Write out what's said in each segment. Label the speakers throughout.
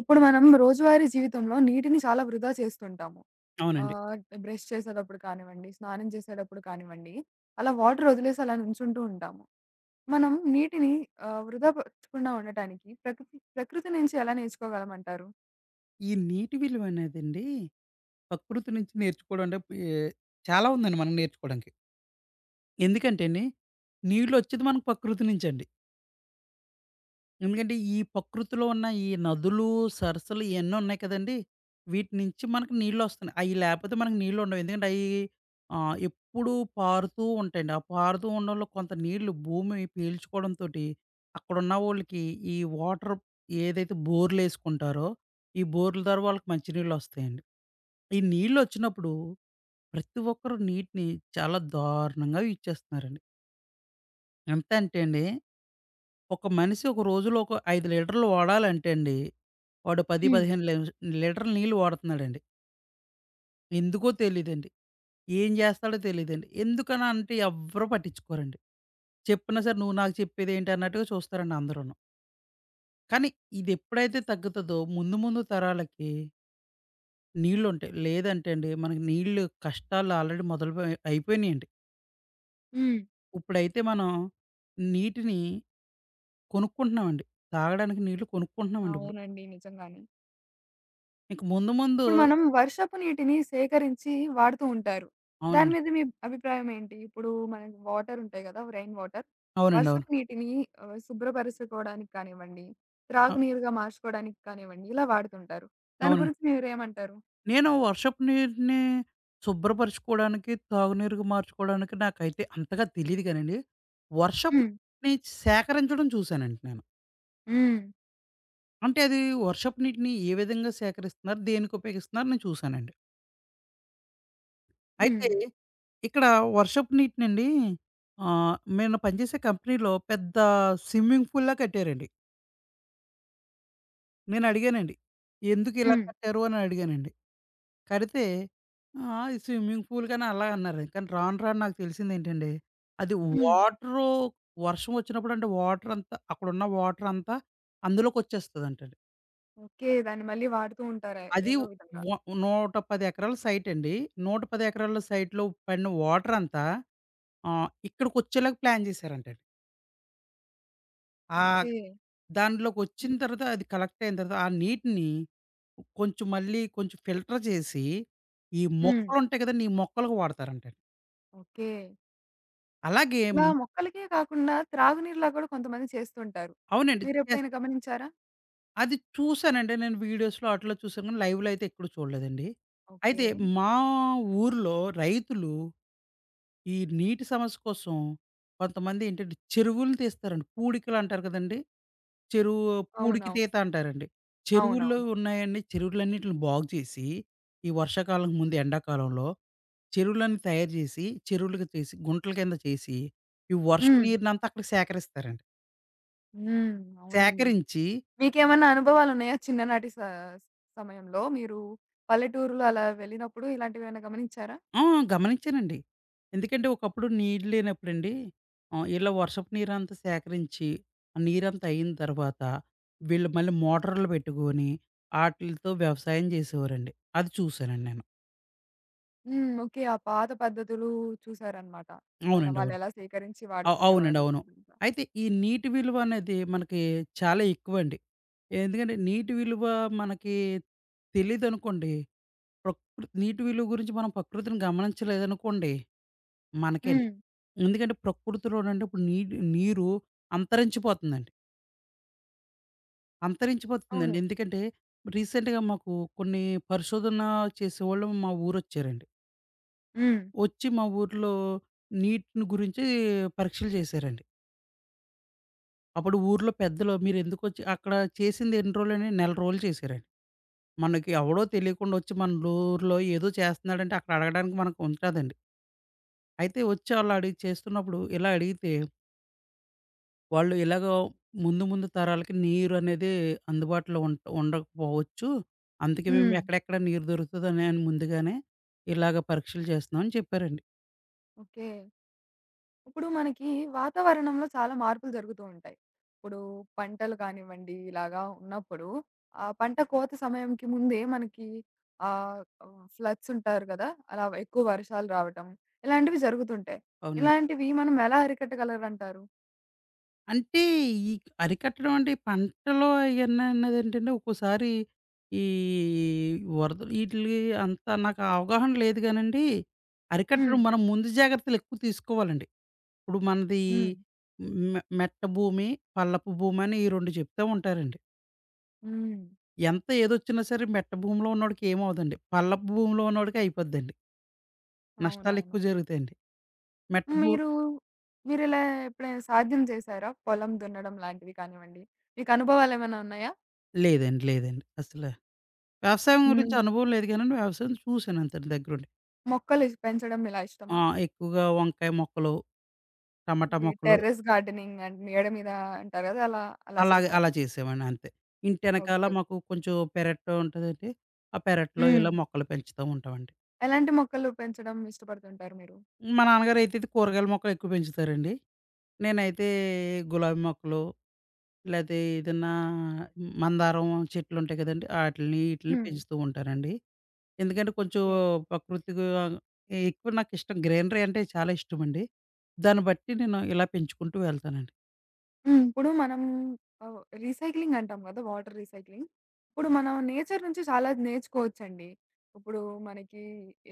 Speaker 1: ఇప్పుడు మనం రోజువారీ జీవితంలో నీటిని చాలా వృధా చేస్తుంటాము.
Speaker 2: అవునండి.
Speaker 1: ఆహ్, బ్రష్ చేసేటప్పుడు కానివ్వండి, స్నానం చేసేటప్పుడు కానివ్వండి, అలా వాటర్ వదిలేసి అలా నుంచుంటూ ఉంటాము. మనం నీటిని వృధా పరచకుండా ఉండటానికి ప్రకృతి ప్రకృతి నుంచి ఎలా నేర్చుకోగలమంటారు?
Speaker 2: ఈ నీటి విలువనేదండి ప్రకృతి నుంచి నేర్చుకోవడం అంటే ఏ చాలా ఉందండి మనం నేర్చుకోవడానికి. ఎందుకంటే అండి, నీళ్ళొచ్చేది మనకు ప్రకృతి నుంచండి. ఎందుకంటే ఈ ప్రకృతిలో ఉన్న ఈ నదులు, సరస్సులు ఇయన్నీ ఉన్నాయి కదండీ! వీటి నుంచి మనకు నీళ్ళొస్తున్నాయి. అయి లేపోతే మనకు నీళ్ళుండవు. ఎందుకంటే అయి ఎప్పుడూ పారుతూ ఉంటాయండి. ఆ పారుతూ ఉండడంలో కొంత నీళ్ళు భూమి పీల్చుకోవడంతోటి అక్కడున్నవోళ్ళకి ఈ వాటర్ ఏదైతే బోర్‌లేసుకుంటారో, ఈ బోర్‌ల ద్వారా వాళ్ళకి మంచినీళ్ళొస్తాయండి. ఈ నీళ్ళొచ్చినప్పుడు ప్రతి ఒక్కరు నీటిని చాలా దారుణంగా యూజ్ చేస్తున్నారండి. ఎంత అంటే అండి, ఒక మనిషి ఒక రోజులో ఒక 5 లీటర్లు వాడాలంటే అండి, వాడు 10,
Speaker 1: హ్మ్.
Speaker 2: 15 లీటర్ల నీళ్ళు వాడుతున్నాడండి. ఎందుకో తెలీదండి. ఏం చేస్తాడో తెలీదండి. ఎందుకనా అంటే ఎవ్వరు పట్టించుకోరండి. చెప్పినా సరే నువ్వు నాకు చెప్పేదేంటి అన్నట్టుగా చూస్తారండి అందరూను. కానీ ఇదెప్పుడైతే తగ్గుతదో ముందు ముందు తరాలకి నీళ్ళుంటాయి. లేదంటే అండి మనకి నీళ్ళు కష్టాలు ఆల్రెడీ అయిపోయినియండి.
Speaker 1: హ్మ్.
Speaker 2: ఉప్పుడైతే మనం నీటిని కొనుక్కుంటున్నామండి. తాగడానికి నీళ్లు కొనుక్కుంటున్నామండి ఇప్పుడు.
Speaker 1: అవునండి. నిజంగానే.
Speaker 2: ఇంక ముందు ముందు
Speaker 1: ఇప్పుడు మనం వర్షపు నీటిని సేకరించి వాడుతూ ఉంటారు. దాని
Speaker 2: అవునండి.
Speaker 1: మీద మీ అభిప్రాయం ఏంటి? ఇప్పుడు మనకి వాటర్ ఉంటాయి గదా! Rain water.
Speaker 2: అవునండి. అవును.
Speaker 1: వర్షపు నీటిని శుభ్రపరచుకోవడానికి కానివ్వండి,
Speaker 2: ఆ!
Speaker 1: త్రాగునీరుగా మార్చుకోవడానికి కానివ్వండి, ఇలా వాడుతుంటారు. దాని
Speaker 2: అవునండి.
Speaker 1: గురించి మీరేమంటారు?
Speaker 2: నేను వర్షపు నీటిని శుభ్రపరుచుకోవడానికి, తాగునీరుగా మార్చుకోవడానికి నాకైతే అంతగా తెలీదు గానండి. వర్షపు
Speaker 1: హ్మ్.
Speaker 2: నీటిని సేకరించడం చూసానండి నేను.
Speaker 1: హ్మ్.
Speaker 2: అంటే అది వర్షపు నీటిని ఏ విధంగా సేకరిస్తున్నారు? దేనికి ఉపయోగిస్తున్నారు? నేను చూసానండి.
Speaker 1: హ్మ్.
Speaker 2: అయితే ఇక్కడ వర్షపు నీటినండి నేను పనిచేసే కంపెనీలో పెద్ద స్విమ్మింగ్ పూల్‌లా కట్టారండి. నేను అడిగానండి. ఎందుకు ఇలా
Speaker 1: హ్మ్.
Speaker 2: కట్టారు అని అడిగానండి. కడితే ఇది స్విమ్మింగ్ పూల్ కానీ అలా అన్నారండి. కానీ రాను రాను నాకు తెలిసిందేంటండి, అది
Speaker 1: హ్మ్.
Speaker 2: వాటరు వర్షం వచ్చినప్పుడు అంటే వాటర్ అంతా అక్కడున్న వాటర్ అంతా అందులోకొచ్చేస్తదంటండి.
Speaker 1: ఓకే. దాన్ని మళ్ళీ వాడుతూ ఉంటారు
Speaker 2: అది
Speaker 1: ఏదో విధంగా.
Speaker 2: వ 110 ఎకరాల సైట్ అండి. 110 ఎకరాల సైట్‌లో పడిన వాటర్ అంతా ఇక్కడికొచ్చేలాగా ప్లాన్ చేశారంటండి. ఆహ్,
Speaker 1: ఓకే.
Speaker 2: దాంట్లోకొచ్చిన తర్వాత అది కలెక్ట్ అయిన తర్వాత, ఆ నీటిని మళ్ళీ కొంచెం ఫిల్టర్ చేసి, ఈ
Speaker 1: హ్మ్.
Speaker 2: మొక్కలుంటాయి కదండీ! ఈ మొక్కలకు వాడతారంటండి.
Speaker 1: ఓకే.
Speaker 2: అలాగే
Speaker 1: ఇలా మొక్కలకే కాకుండా త్రాగునీరులా కూడా కొంతమంది చేస్తుంటారు.
Speaker 2: అవునండి. యెస్.
Speaker 1: మీరెప్పుడైనా గమనించారా?
Speaker 2: అది చూసానండి. నేను వీడియోస్‌లో ఆటిల్లో చూసాను గానీ, లైవ్‌లో అయితే ఎక్కడా చూడలేదండి.
Speaker 1: ఓకే.
Speaker 2: అయితే మా ఊర్లో రైతులు ఈ నీటి సమస్య కోసం కొంతమంది ఏంటంటే చెరువులు తీస్తారండి. పూడికలంటారు కదండీ! చెరువు పూడికి
Speaker 1: అవునవును.
Speaker 2: తీత అంటారండి. చెరువుల్లో
Speaker 1: అవునవును.
Speaker 2: ఉన్నాయండి. చెరువులన్నిటిని బాగు చేసి, ఈ వర్షాకాలం ముందు ఎండాకాలంలో చెరువులన్నీ తయారు చేసి, చెరువులుగా చేసి, గుంటల కింద చేసి, ఈ వర్షం
Speaker 1: హ్మ్.
Speaker 2: నీరునంతా అక్కడ సేకరిస్తారండి.
Speaker 1: హ్మ్. అవునండి.
Speaker 2: సేకరించి
Speaker 1: మీకేమన్నా అనుభవాలున్నాయా చిన్ననాటి సమయంలో? మీరు పల్లెటూరులో అలా వెళ్ళినప్పుడు ఇలాంటివేమైనా గమనించారా?
Speaker 2: ఆ! గమనించానండి. ఎందుకంటే ఒకప్పుడు నీళ్ళు లేనప్పుడండి ఇలా వర్షపు నీరంతా సేకరించి, ఆ నీరంతా అయిన తర్వాత వీళ్ళు మళ్ళీ మోటార్లు పెట్టుకొని ఆటిలతో వ్యవసాయం చేసేవారండి. అది చూసానండి నేను.
Speaker 1: హ్మ్. ఓకే. ఆ పాత పద్ధతులు చూసారనమాట. అలా
Speaker 2: అవునండి. అవును.
Speaker 1: వాళ్ళెలా సేకరించి
Speaker 2: అవునండి.
Speaker 1: వాడుకునేవారు
Speaker 2: అవును.
Speaker 1: అదంతా.
Speaker 2: అయితే ఈ నీటి విలువ అనేది మనకి చాలా ఎక్కువండి. ఎందుకంటే నీటి విలువ మనకి తెలీదనుకోండి, నీటి విలువ గురించి మనం ప్రకృతిని గమనించలేదనుకోండి మనకే అండి.
Speaker 1: హ్మ్.
Speaker 2: ఎందుకంటే ప్రకృతిలోనండి ఇప్పుడు నీరు అంతరించిపోతుందండి.
Speaker 1: అవును.
Speaker 2: అంతరించిపోతుందండి. ఎందుకంటే రీసెంట్‌గా మాకు కొన్ని పరిశోధన చేసేవాళ్ళు మా ఊరొచ్చారండి.
Speaker 1: హ్మ్.
Speaker 2: వచ్చి మా ఊర్లో నీటిని గురించి పరీక్షలు చేశారండి. అప్పుడు ఊర్లో పెద్దలు మీరెందుకొచ్చి అక్కడ చేసింది ఎన్ని రోజులని? నెల రోజులు చేశారండి. మనకి ఎవడో తెలియకుండా వచ్చి మన ఊర్లో ఏదో చేస్తున్నాడంటే అక్కడ అడగడానికి మనకు ఉంటాదండి. అయితే వచ్చి వాళ్ళు అడిగి చేస్తున్నప్పుడు ఇలా అడిగితే వాళ్ళు ఇలాగో ముందు ముందు తరాలకి నీరనేది అందుబాటులో ఉండకపోవచ్చు. అందుకే మేము
Speaker 1: హ్మ్.
Speaker 2: ఎక్కడెక్కడ నీరు దొరుకుతదని అని ముందుగానే ఇలాగ పరీక్షలు చేస్తున్నాం అని చెప్పారండి.
Speaker 1: ఓకే. ఇప్పుడు మనకి వాతావరణంలో చాలా మార్పులు జరుగుతూ ఉంటాయి. ఇప్పుడు పంటలు కానివ్వండి, ఇలాగా ఉన్నప్పుడు ఆ పంట కోత సమయంకి ముందే మనకి ఫ్లడ్స్ ఉంటారు కదా! అలా ఎక్కువ వర్షాలు రావటం ఇలాంటివి జరుగుతుంటాయి.
Speaker 2: అవునండి.
Speaker 1: ఇలాంటివి మనం ఎలా అరికట్టగలరంటారు?
Speaker 2: అంటే ఈ అరికట్టడం అంటే ఈ పంటలో అయన్నీ అన్నదేంటంటే ఒక్కోసారి ఈ వరదలు ఈటిలకి అంత నాకు అవగాహన లేదు కానండి.
Speaker 1: హ్మ్.
Speaker 2: అరికట్టడం మనం ముందు జాగ్రత్తలు ఎక్కువ తీసుకోవాలండి. ఇప్పుడు మనది
Speaker 1: హ్మ్.
Speaker 2: మెట్ట భూమి, పల్లపు భూమి అని ఈ 2 చెప్తా ఉంటారండి.
Speaker 1: హ్మ్.
Speaker 2: ఎంత ఏదొచ్చినా సరే మెట్ట భూమిలో ఉన్నోడికి ఏమవ్వదండి. పల్లపు భూమిలో ఉన్నోడికే అయిపోద్దండి. నష్టాలు ఎక్కువ
Speaker 1: అవునవును.
Speaker 2: జరుగుతాయండి. మెట్ట భూ
Speaker 1: మీరు మీరిలా ఎప్పుడైనా సాధ్యం చేశారా? పొలం దున్నడం లాంటివి కానివ్వండి, మీకు అనుభవాలేమైనా ఉన్నాయా?
Speaker 2: లేదండి. లేదండి. వ్యవసాయం గురించి
Speaker 1: హ్మ్.
Speaker 2: అనుభవం లేదు గానండి. వ్యవసాయం చూసాను అంతే దగ్గరుండి.
Speaker 1: మొక్కలు పెంచడం ఇలా
Speaker 2: ఆ!
Speaker 1: ఇష్టమా?
Speaker 2: ఎక్కువగా వంకాయ మొక్కలు, టమాటా
Speaker 1: ఓకే.
Speaker 2: మొక్కలు
Speaker 1: టెర్రస్ గార్డెనింగ్ అండ్ మేడ మీద అంటారు కదా! అలా, అలా
Speaker 2: అలాగే అలా
Speaker 1: చేశారా?
Speaker 2: చేసేవాడిని అంతే. ఇంటి
Speaker 1: ఓకే.
Speaker 2: ఎనకాల
Speaker 1: ఓకే.
Speaker 2: మాకు కొంచెం పెరట్లో ఉంటదండి. ఆ పెరట్లో
Speaker 1: హ్మ్.
Speaker 2: ఇలా మొక్కలు పెంచుతూ ఉంటామండి.
Speaker 1: ఎలాంటి మొక్కలు పెంచడం ఇష్టపడుతుంటారు మీరు?
Speaker 2: మా నాన్నగారు అయితే ఇది కూరగాయల మొక్కలు ఎక్కువ పెంచుతారండి. నేనైతే గులాబీ మొక్కలు, లేతే ఏదన్నా మందారం చెట్లు ఉంటాయి కదండీ! ఆటిల్ని ఈటిల్ని
Speaker 1: హ్మ్.
Speaker 2: పెంచుతూ ఉంటానండి. ఎందుకంటే కొంచెం
Speaker 1: ఓకే.
Speaker 2: ప్రకృతిగా ఎక్కువ నాకిష్టం గ్రీనరీ అంటే చాలా ఇష్టమండి. దాన్ని బట్టి నేను ఇలా పెంచుకుంటూ వెళ్తానండి.
Speaker 1: హ్మ్. ఇప్పుడు మనం రీసైక్లింగ్ అంటాం కదా! Water recycling. ఇప్పుడు మనం నేచర్ నుంచి చాలా నేర్చుకోవచ్చండి. ఇప్పుడు మనకి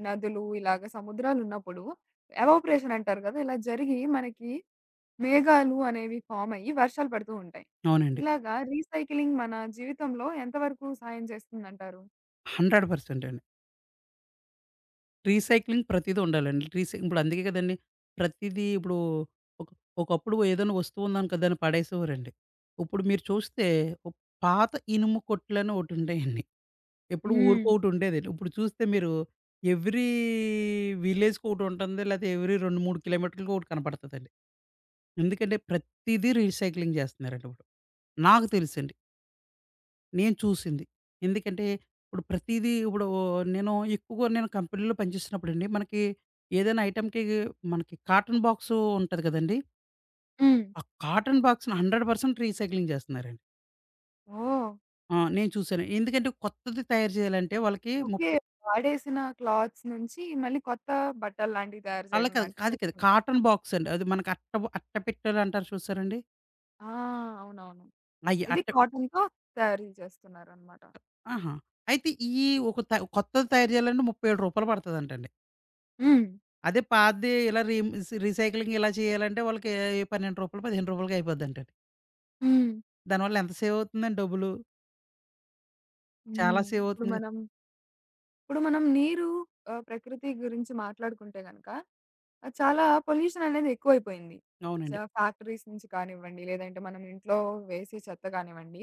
Speaker 1: నదులు ఇలాగ సముద్రాలున్నప్పుడు ఎవాపరేషన్ అంటారు కదా! ఇలా జరిగి మనకి మేఘాలు అనేవి ఫార్మ్ అయ్యి వర్షాలు పడుతూ ఉంటాయి.
Speaker 2: అవునండి.
Speaker 1: ఇలాగా రీసైక్లింగ్ మన జీవితంలో ఎంతవరకు సహాయం చేస్తుందంటారు?
Speaker 2: 100% అండి. రీసైక్లింగ్ ప్రతీదీ ఉండాలండి. ఇప్పుడు అందుకే కదండీ ప్రతీదీ ఇప్పుడు ఒక ఒకప్పుడు ఏదైనా వస్తువు ఉందనుకో దాన్ని పడేసేవారండి. ఇప్పుడు మీరు చూస్తే ఒ పాత ఇనుము కొట్లని ఒకటుండేయండి. ఎప్పుడు
Speaker 1: హ్మ్.
Speaker 2: ఊరికో ఒకటుండేదండి. ఇప్పుడు చూస్తే మీరు ఎవ్రీ విలేజ్‌కొకటుంటుంది. లేతే ఎవ్రీ 2, 3 కిలోమీటర్లకి ఒకటి కనపడతదండి. ఎందుకంటే ప్రతీదీ రీసైక్లింగ్ జేస్తున్నారండి ఇప్పుడు. నాకు తెలిసండి. నేను చూసింది. ఎందుకంటే, ఇప్పుడు ప్రతీదీ ఇప్పుడు నేను ఎక్కువగా కంపెనీలో పనిచేసినప్పుడండి, మనకి ఏదైనా ఐటెమ్‌కి మనకి కాటన్ బాక్సు ఉంటది కదండీ!
Speaker 1: హ్మ్.
Speaker 2: ఆ కాటన్ బాక్స్‌ని 100% రీసైక్లింగ్ చేస్తున్నారండి.
Speaker 1: ఓహ్!
Speaker 2: ఆ! నేను చూసాను. ఎందుకంటే, కొత్తది తయారు చేయాలంటే వాళ్ళకి
Speaker 1: ఓకే.
Speaker 2: 30
Speaker 1: వాడేసిన క్లాత్స్ నుంచి మళ్ళీ కొత్త బట్టలు లాంటివి తయారు
Speaker 2: అలా
Speaker 1: చేయడం
Speaker 2: కాదు.
Speaker 1: లాంటివి
Speaker 2: కాదు కాదు.
Speaker 1: చేస్తున్నారు.
Speaker 2: కాటన్ బాక్స్ అండి. అది మనకి అట్ట అట్ట పెట్టెలు అంటారు చూసారండి?
Speaker 1: ఆ! అవునవును.
Speaker 2: అయి
Speaker 1: ఇది
Speaker 2: అట్ట
Speaker 1: కాటన్‌తో తయారీ చేస్తున్నారనమాట.
Speaker 2: ఆహా! అయితే ఈ ఒక త కొత్తది తయారు చేయాలంటే రూ. 37 పడతదంటండి.
Speaker 1: హ్మ్.
Speaker 2: అదే పాతది ఇలా రీ రీసైక్లింగ్ ఇలా చేయాలంటే వాళ్ళకి రూ. 12, రూ. 15కి అయిపోద్దంటండి.
Speaker 1: హ్మ్.
Speaker 2: దానివల్ల ఎంత సేవ్ అవుతుందండి డబ్బులు. చాలా
Speaker 1: హ్మ్.
Speaker 2: సేవ్
Speaker 1: ఇప్పుడు
Speaker 2: అవుతుంది. కదా.
Speaker 1: మనం ఇప్పుడు మనం నీరు ప్రకృతి గురించి మాట్లాడుకుంటే గనక చాలా పొల్యూషన్ అనేది ఎక్కువైపోయింది. చ
Speaker 2: అవునండి.
Speaker 1: ఫ్యాక్టరీస్ నుంచి కానివ్వండి, లేదంటే మనం ఇంట్లో వేసే చెత్త కానివ్వండి.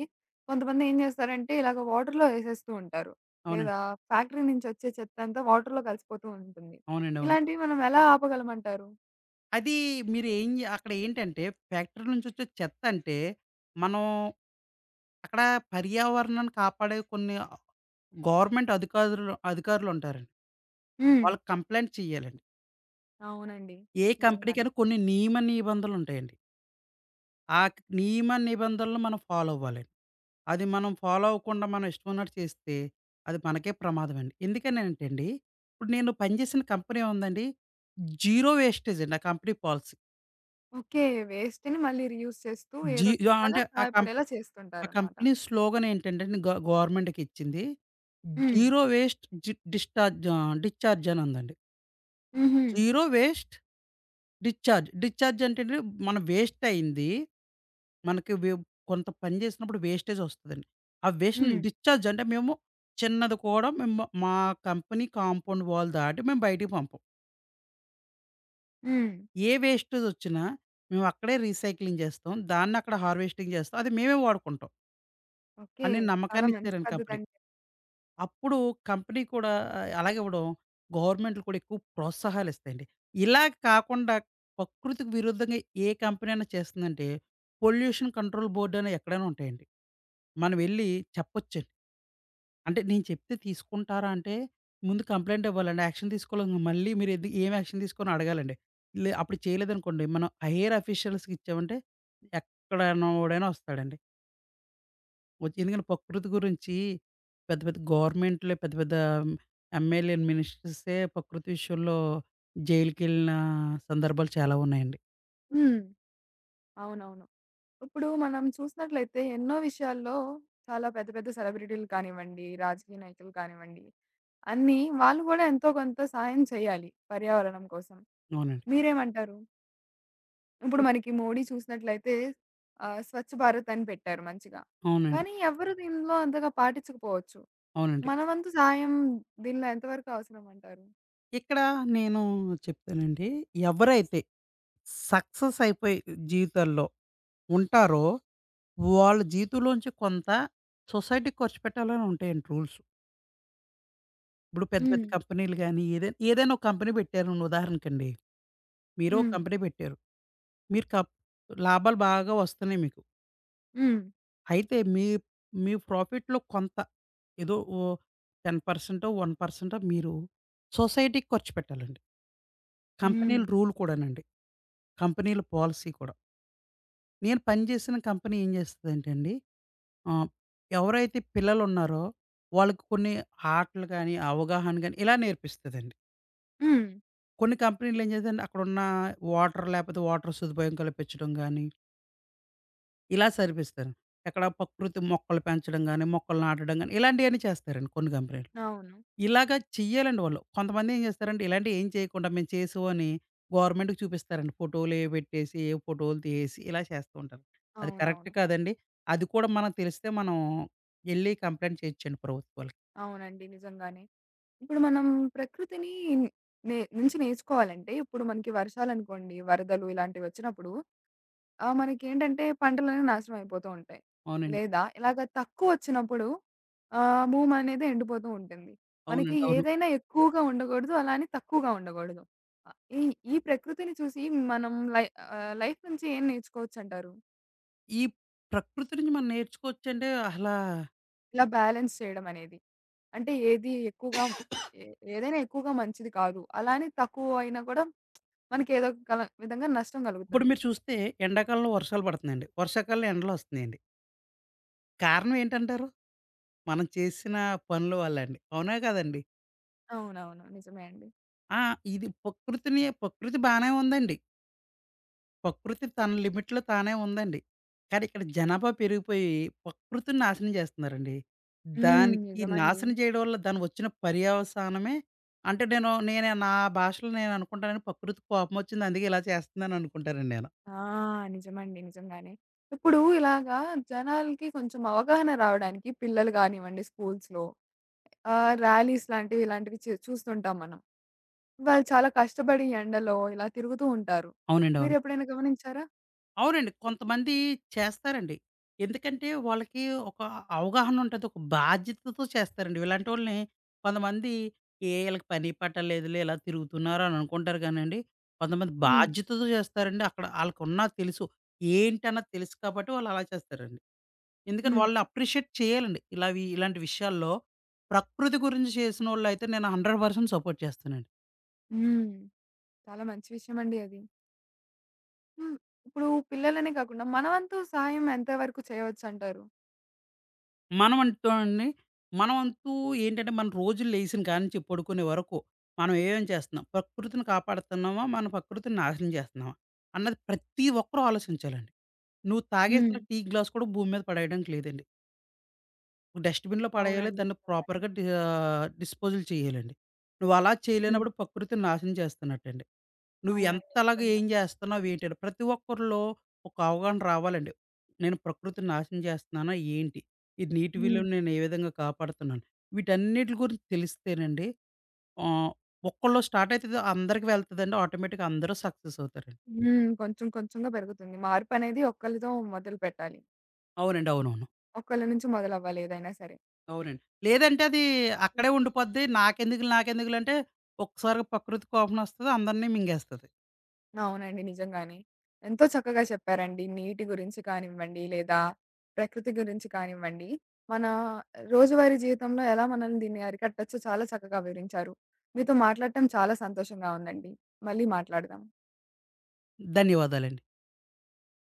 Speaker 1: కొంతమంది ఏం చేస్తారంటే ఇలాగ వాటర్‌లో ఏసేస్తూ ఉంటారు.
Speaker 2: అవునండి.
Speaker 1: లేదా ఫ్యాక్టరీ నుంచి వచ్చే చెత్త అంతా వాటర్‌లో కలిసిపోతూ ఉంటుంది.
Speaker 2: అవునండి. అవును.
Speaker 1: ఇలాంటివి మనం ఎలా ఆపగలమంటారు?
Speaker 2: అది మీరు అక్కడ ఏంటంటే ఫ్యాక్టరీ నుంచి వచ్చే చెత్త అంటే మనం అక్కడ పర్యావరణాన్ని కాపాడే కొన్ని గవర్నమెంట్ అధికారులుంటారండి.
Speaker 1: హ్మ్.
Speaker 2: వాళ్ళకి కంప్లెయింట్ చేయాలండి.
Speaker 1: అవునండి.
Speaker 2: ఏ
Speaker 1: నిజంగానే.
Speaker 2: కంపెనీకైనా కొన్ని నియమ నిబంధనలుంటాయండి. ఆ నియమ నిబంధనలు మనం ఫాలో అవ్వాలండి. అది మనం ఫాలో అవ్వకుండా మనం ఇష్టం ఉన్నట్టు చేస్తే అది మనకే ప్రమాదమండి. ఎందుకనంటేండి, ఇప్పుడు నేను పనిచేసిన కంపెనీ ఉందండి. జీరో వేస్టేజ్ అండి ఆ కంపెనీ పాలిసీ.
Speaker 1: ఓకే. వేస్ట్‌ని మళ్ళీ రీయూజ్ చేస్తూ
Speaker 2: జీ
Speaker 1: ఏదో
Speaker 2: అంటే
Speaker 1: ఒకలాగా సహాయపడేలా
Speaker 2: ఆ
Speaker 1: చేస్తుంటారనమాట.
Speaker 2: కంపెనీ స్లోగన్ ఏంటంటే గవర్నమెంట్‌కి ఇచ్చింది.
Speaker 1: హ్మ్.
Speaker 2: జీరో వేస్ట్ జి డిశ్చార్జ్ డిశ్చార్జ్ అని ఉందండి.
Speaker 1: హుహు.
Speaker 2: Zero waste discharge. డిశ్చార్జ్ అంటే మనం వేస్ట్ అయింది మనకి వె కొంత పని చేసినప్పుడు వేస్టేజ్ వస్తదండి. ఆ వేస్ట్‌ని
Speaker 1: హ్మ్.
Speaker 2: డిశ్చార్జ్ అంటే మేము చిన్నది కూడా మా కంపెనీ కాంపౌండ్ వాల్ దాటి మేము బయటికి పంపం.
Speaker 1: హ్మ్.
Speaker 2: ఏ వేస్టేజ్ వచ్చినా మేము అక్కడే రీసైక్లింగ్ చేస్తాం. దాన్ని అక్కడ హార్వెస్టింగ్ చేస్తాం. అది మేమే వాడుకుంటాం
Speaker 1: ఓకే.
Speaker 2: అనే
Speaker 1: చాలా
Speaker 2: నమ్మకాన్ని
Speaker 1: మంచి
Speaker 2: ఇచ్చారండి కంపెనీ.
Speaker 1: పద్ధతండి.
Speaker 2: అప్పుడు కంపెనీ కూడా ఆ, అలాగే ఇవ్వడం గవర్నమెంట్‌లు కూడా ఎక్కువ ప్రోత్సాహాలు ఇస్తాయండి. ఇలా కాకుండా ప్రకృతికి విరుద్ధంగా ఏ కంపెనీ అయినా చేస్తుందంటే పొల్యూషన్ కంట్రోల్ బోర్డ్ అని ఎక్కడైనా ఉంటాయండి. మనం వెళ్లి చెప్పొచ్చండి. అంటే నేను చెప్తే తీసుకుంటారా అంటే, ముందు కంప్లెయింట్ ఇవ్వాలండి. యాక్షన్ తీసుకోవాలంగా మళ్ళీ మీరు ఎందుకు ఏం యాక్షన్ తీసుకొని అడగాలండి. అప్పుడు చేయలేదనుకోండి, మనం హైయర్ అఫీషియల్స్‌కి ఇచ్చామంటే ఎక్కడనోడైనా వస్తాడండి. వచ్చి ఎందుకంటే ప్రకృతి గురించి పెద్ద పెద్ద గవర్నమెంట్‌లే పెద్ద పెద్ద ఎమ్మెల్యే, మినిస్టర్సే ప్రకృతి విషయంలో జైలుకెళ్ళిన సందర్భాలు చాలా ఉన్నాయండి.
Speaker 1: హ్మ్. అవునవును. ఇప్పుడు మనం చూసినట్లయితే ఎన్నో విషయాల్లో చాలా పెద్ద పెద్ద సెలబ్రిటీలు కానివ్వండి, రాజకీయ నాయకులు కానివ్వండి, అన్నీ వాళ్ళు గూడా ఎంతో కొంత సహాయం చేయాలి పర్యావరణం కోసం.
Speaker 2: అవునండి.
Speaker 1: మీరేమంటారు? ఇప్పుడు మనకి మోడీ చూసినట్లయితే 'స్వచ్ఛ భారత్' అని పెట్టారు మంచిగా.
Speaker 2: అవునండి.
Speaker 1: కానీ ఎవరు దీనిలో అంతగా పాటించకపోవచ్చు.
Speaker 2: అవునండి.
Speaker 1: మన వంతు సహాయం దీనిలో ఎంతవరకు అవసరం అంటారు?
Speaker 2: ఇక్కడ నేను చెప్తానండి. ఎవరైతే సక్సెస్ అయిపోయి జీవితాల్లో ఉంటారో, వాళ్ళ జీతంలోంచి కొంత సొసైటీకి ఖర్చు పెట్టాలని ఉంటాయండి రూల్స్. ఇప్పుడు పెద్ద పెద్ద
Speaker 1: హ్మ్.
Speaker 2: కంపెనీలు గాని, ఏదైనా ఏదైనా ఒక కంపెనీ పెట్టారని ఉదాహరణకండి. మీరు ఒక
Speaker 1: హ్మ్.
Speaker 2: కంపెనీ పెట్టారు. మీరు కప్ లాభాలు బాగా వస్తున్నాయి మీకు.
Speaker 1: హ్మ్.
Speaker 2: అయితే మీ మీ ప్రాఫిట్‌లో కొంత ఏదో ఓ 10% 1% మీరు సొసైటీకి ఖర్చు పెట్టాలండి.
Speaker 1: హ్మ్.
Speaker 2: కంపెనీల రూల్ కూడానండి. కంపెనీల పాలిసీ కూడా. నేను పనిచేసిన కంపెనీ ఏం చేస్తదంటే అండి ఆ! ఎవరైతే పిల్లలున్నారో వాళ్ళకి కొన్ని ఆటలు గాని, అవగాహన గాని ఇలా నేర్పిస్తదండి.
Speaker 1: హ్మ్.
Speaker 2: కొన్ని కంపెనీలు ఏం చేస్తాయంటే అక్కడున్న వాటర్ లేకపోతే వాటర్ సదుపాయం కల్పించడం గాని, ఇలా సరిపిస్తారు. ఎక్కడ ప్రకృతి మొక్కలు పెంచడం గాని, మొక్కలు నాటడం గాని ఇలాంటియన్నీ చేస్తారండి కొన్ని కంపెనీలు.
Speaker 1: అవును.
Speaker 2: ఇలాగ చెయ్యాలండి వాళ్ళు. కొంతమంది ఏం చేస్తారంటే ఇలాంటివి ఏం చేయకుండా మేము చేసామని గవర్నమెంట్‌కి చూపిస్తారండి. ఫోటోలేవో పెట్టేసి, ఏవో ఫోటోలు తీసి ఇలా చేస్తూ ఉంటారు. అది కరెక్ట్
Speaker 1: అవునవును.
Speaker 2: కాదండి. అది కూడా మనకు తెలిస్తే మనం ఎళ్లి కంప్లెయింట్ చేయొచ్చండి ప్రభుత్వాలకి.
Speaker 1: అవునండి. నిజంగానే. ఇప్పుడు మనం ప్రకృతిని నుంచి నేర్చుకోవాలంటే, ఇప్పుడు మనకి వర్షాలనుకోండి, వరదలు ఇలాంటివొచ్చినప్పుడు మనకేంటంటే పంటలనేవి నాశనం అయిపోతూ ఉంటాయి.
Speaker 2: అవునండి.
Speaker 1: లేదా ఇలాగ తక్కువొచ్చినప్పుడు భూమనేది ఎండిపోతూ ఉంటుంది. మనకి
Speaker 2: అవునండి. అవును.
Speaker 1: ఏదైనా ఎక్కువగా ఉండకూడదు. అలా అని తక్కువగా ఉండకూడదు. ఆహ్, ఈ ఈ ప్రకృతిని చూసి మనం లైఫ్ నుంచి ఏం నేర్చుకోవచ్చంటారు?
Speaker 2: ఈ ప్రకృతి నుంచి మనం నేర్చుకోవచ్చంటే అసలా
Speaker 1: ఇలా బ్యాలెన్స్ చేయడమనేది. అంటే ఏది ఎక్కువగా ఏ ఏదైనా ఎక్కువగా మంచిది కాదు. అలా అని తక్కువ అయినా కూడా మనకి ఏదో ఒక కల విధంగా నష్టం
Speaker 2: ఇప్పుడు
Speaker 1: కలుగుతుంది.
Speaker 2: మీరు చూస్తే ఎండాకాలంలో వర్షాలు పడుతున్నాయండి. వర్షాకాలంలో ఎండలొస్తున్నాయండి. కారణం ఏంటంటారు? మనం చేసిన పనుల వల్లండి. అవునా కాదండి?
Speaker 1: అవునవును. నిజమే అండి.
Speaker 2: ఆ! ఇది ప్రకృతిని ప్రకృతి బానే ఉందండి. ప్రకృతి తన లిమిట్‌లో తానే ఉందండి. కానీ ఇక్కడ జనాభా పెరిగిపోయి ప్రకృతిని నాశనం చేస్తున్నారండి.
Speaker 1: హ్మ్.
Speaker 2: దానికి
Speaker 1: నిజమండి.
Speaker 2: నాశనం చేయడం వల్ల దానికి వచ్చిన పర్యవసానమే అంటే నేను నేను నా భాషలో నేను అనుకుంటానని ప్రకృతికి కోపం వచ్చింది అందుకే ఇలా చేస్తుందని అనుకుంటానండి నేను.
Speaker 1: ఆ! నిజమండి. నిజంగానే. ఇప్పుడు ఇలాగా జనాలకి కొంచెం అవగాహన రావడానికి పిల్లలు గానివ్వండి స్కూల్స్‌లో ర్యాలీస్ లాంటివి ఇలాంటివి చూస్తుంటాం మనం.
Speaker 2: అ!
Speaker 1: వాళ్ళు చాలా కష్టపడి ఎండలో ఇలా తిరుగుతూ ఉంటారు.
Speaker 2: అవునండి. అవును.
Speaker 1: మీరెప్పుడైనా గమనించారా?
Speaker 2: అవునండి. కొంతమంది చేస్తారండి. ఎందుకంటే వాళ్ళకి ఒక అవగాహన ఉంటది. ఒక బాధ్యతతో చేస్తారండి. ఇలాంటోళ్ళని కొంతమంది ఈళ్ళకి పని పాట లేదులే ఇలా తిరుగుతున్నారు అని అనుకుంటారు కానండి. కొంతమంది
Speaker 1: హ్మ్.
Speaker 2: బాధ్యతతో చేస్తారండి. అక్కడ ఆళ్ళకున్న తెలుసు. ఏంటన్నది తెలుసు కాబట్టి వాళ్ళు అలా చేస్తారండి. ఎందుకంటే
Speaker 1: హ్మ్.
Speaker 2: వాళ్ళని అప్రిషియేట్ చేయాలండి. ఇలావి ఇలాంటి విషయాల్లో ప్రకృతి గురించి చేసినోళ్ళైతే నేను 100% సపోర్ట్ చేస్తానండి.
Speaker 1: హ్మ్. చాలా మంచి విషయమండి అది. హ్మ్. ఇప్పుడు పిల్లలనే కాకుండా మన వంతు సహాయం ఎంత వరకు చేయొచ్చంటారు?
Speaker 2: మనమంటూ అండి, మనవంతు ఏంటంటే, మన రోజులు లెగిసిన కానించి పడుకునే వరకు, మనం ఏమేం చేస్తున్నాం? ప్రకృతిని కాపాడుతున్నామా? మన ప్రకృతిని నాశనం చేస్తున్నామా? అన్నది ప్రతి ఒక్కరు ఆలోచించాలండి. నువ్వు
Speaker 1: హ్మ్.
Speaker 2: తాగేసిన టీ గ్లాస్ కూడా భూమి మీద పడేయడానికి లేదండి. డస్ట్‌బిన్‌లో పడేయాలి.
Speaker 1: అవునండి.
Speaker 2: దాన్ని
Speaker 1: నిజంగానే.
Speaker 2: ప్రాపర్‌గా డిస్పోజుల్ చేయాలండి. నువ్వలా
Speaker 1: హ్మ్.
Speaker 2: చేయలేనప్పుడు ప్రకృతిని నాశనం చేస్తున్నట్టండి. నువ్వు
Speaker 1: అవునండి.
Speaker 2: ఎంతలాగా
Speaker 1: నిజంగా.
Speaker 2: ఏం జేస్తున్నావు ఏంటని ప్రతి ఒక్కరిలో ఒక అవగాహన రావాలండి. నేను ప్రకృతిని నాశనం చేస్తున్నానా ఏంటి? ఈ నీటి
Speaker 1: హ్మ్.
Speaker 2: విలువను నేను ఏ విధంగా కాపాడుతున్నాను? వీటన్నిటి గురించి తెలిస్తేనండి ఆహ్, ఒక్కళ్ళు స్టార్ట్ అయితది అందరికి వెళ్తదండి. ఆటోమేటిక్‌గా అందరూ సక్సెస్ అవుతారండి.
Speaker 1: హ్మ్. కొంచెం కొంచెంగా పెరుగుతుంది. మార్పనేది ఒక్కళ్ళతో మొదలుపెట్టాలి.
Speaker 2: అవునండి. అవునవును.
Speaker 1: ఒకళ్ళ నుంచి మొదలవ్వాలి ఏదైనా సరే.
Speaker 2: అవునండి. లేదంటే అది
Speaker 1: హ్మ్.
Speaker 2: అక్కడే ఉండిపోద్ది. నాకెందుకు నాకెందుకులు, నాకెందుకులంటే ఒక్కసారిగా ప్రకృతి కోపనొస్తది. అందరిని మింగేస్తది.
Speaker 1: అవునండి. నిజంగానే. ఎంతో చక్కగా చెప్పారండి. నీటి గురించి కానివ్వండి, లేదా ప్రకృతి గురించి కానివ్వండి, మన రోజువారీ జీవితంలో ఎలా మనం దీన్ని అరికట్టొచ్చో చాలా చక్కగా వివరించారు. మీతో మాట్లాడటం చాలా సంతోషంగా ఉందండి. మళ్ళీ మాట్లాడదాం.
Speaker 2: ధన్యవాదాలండి.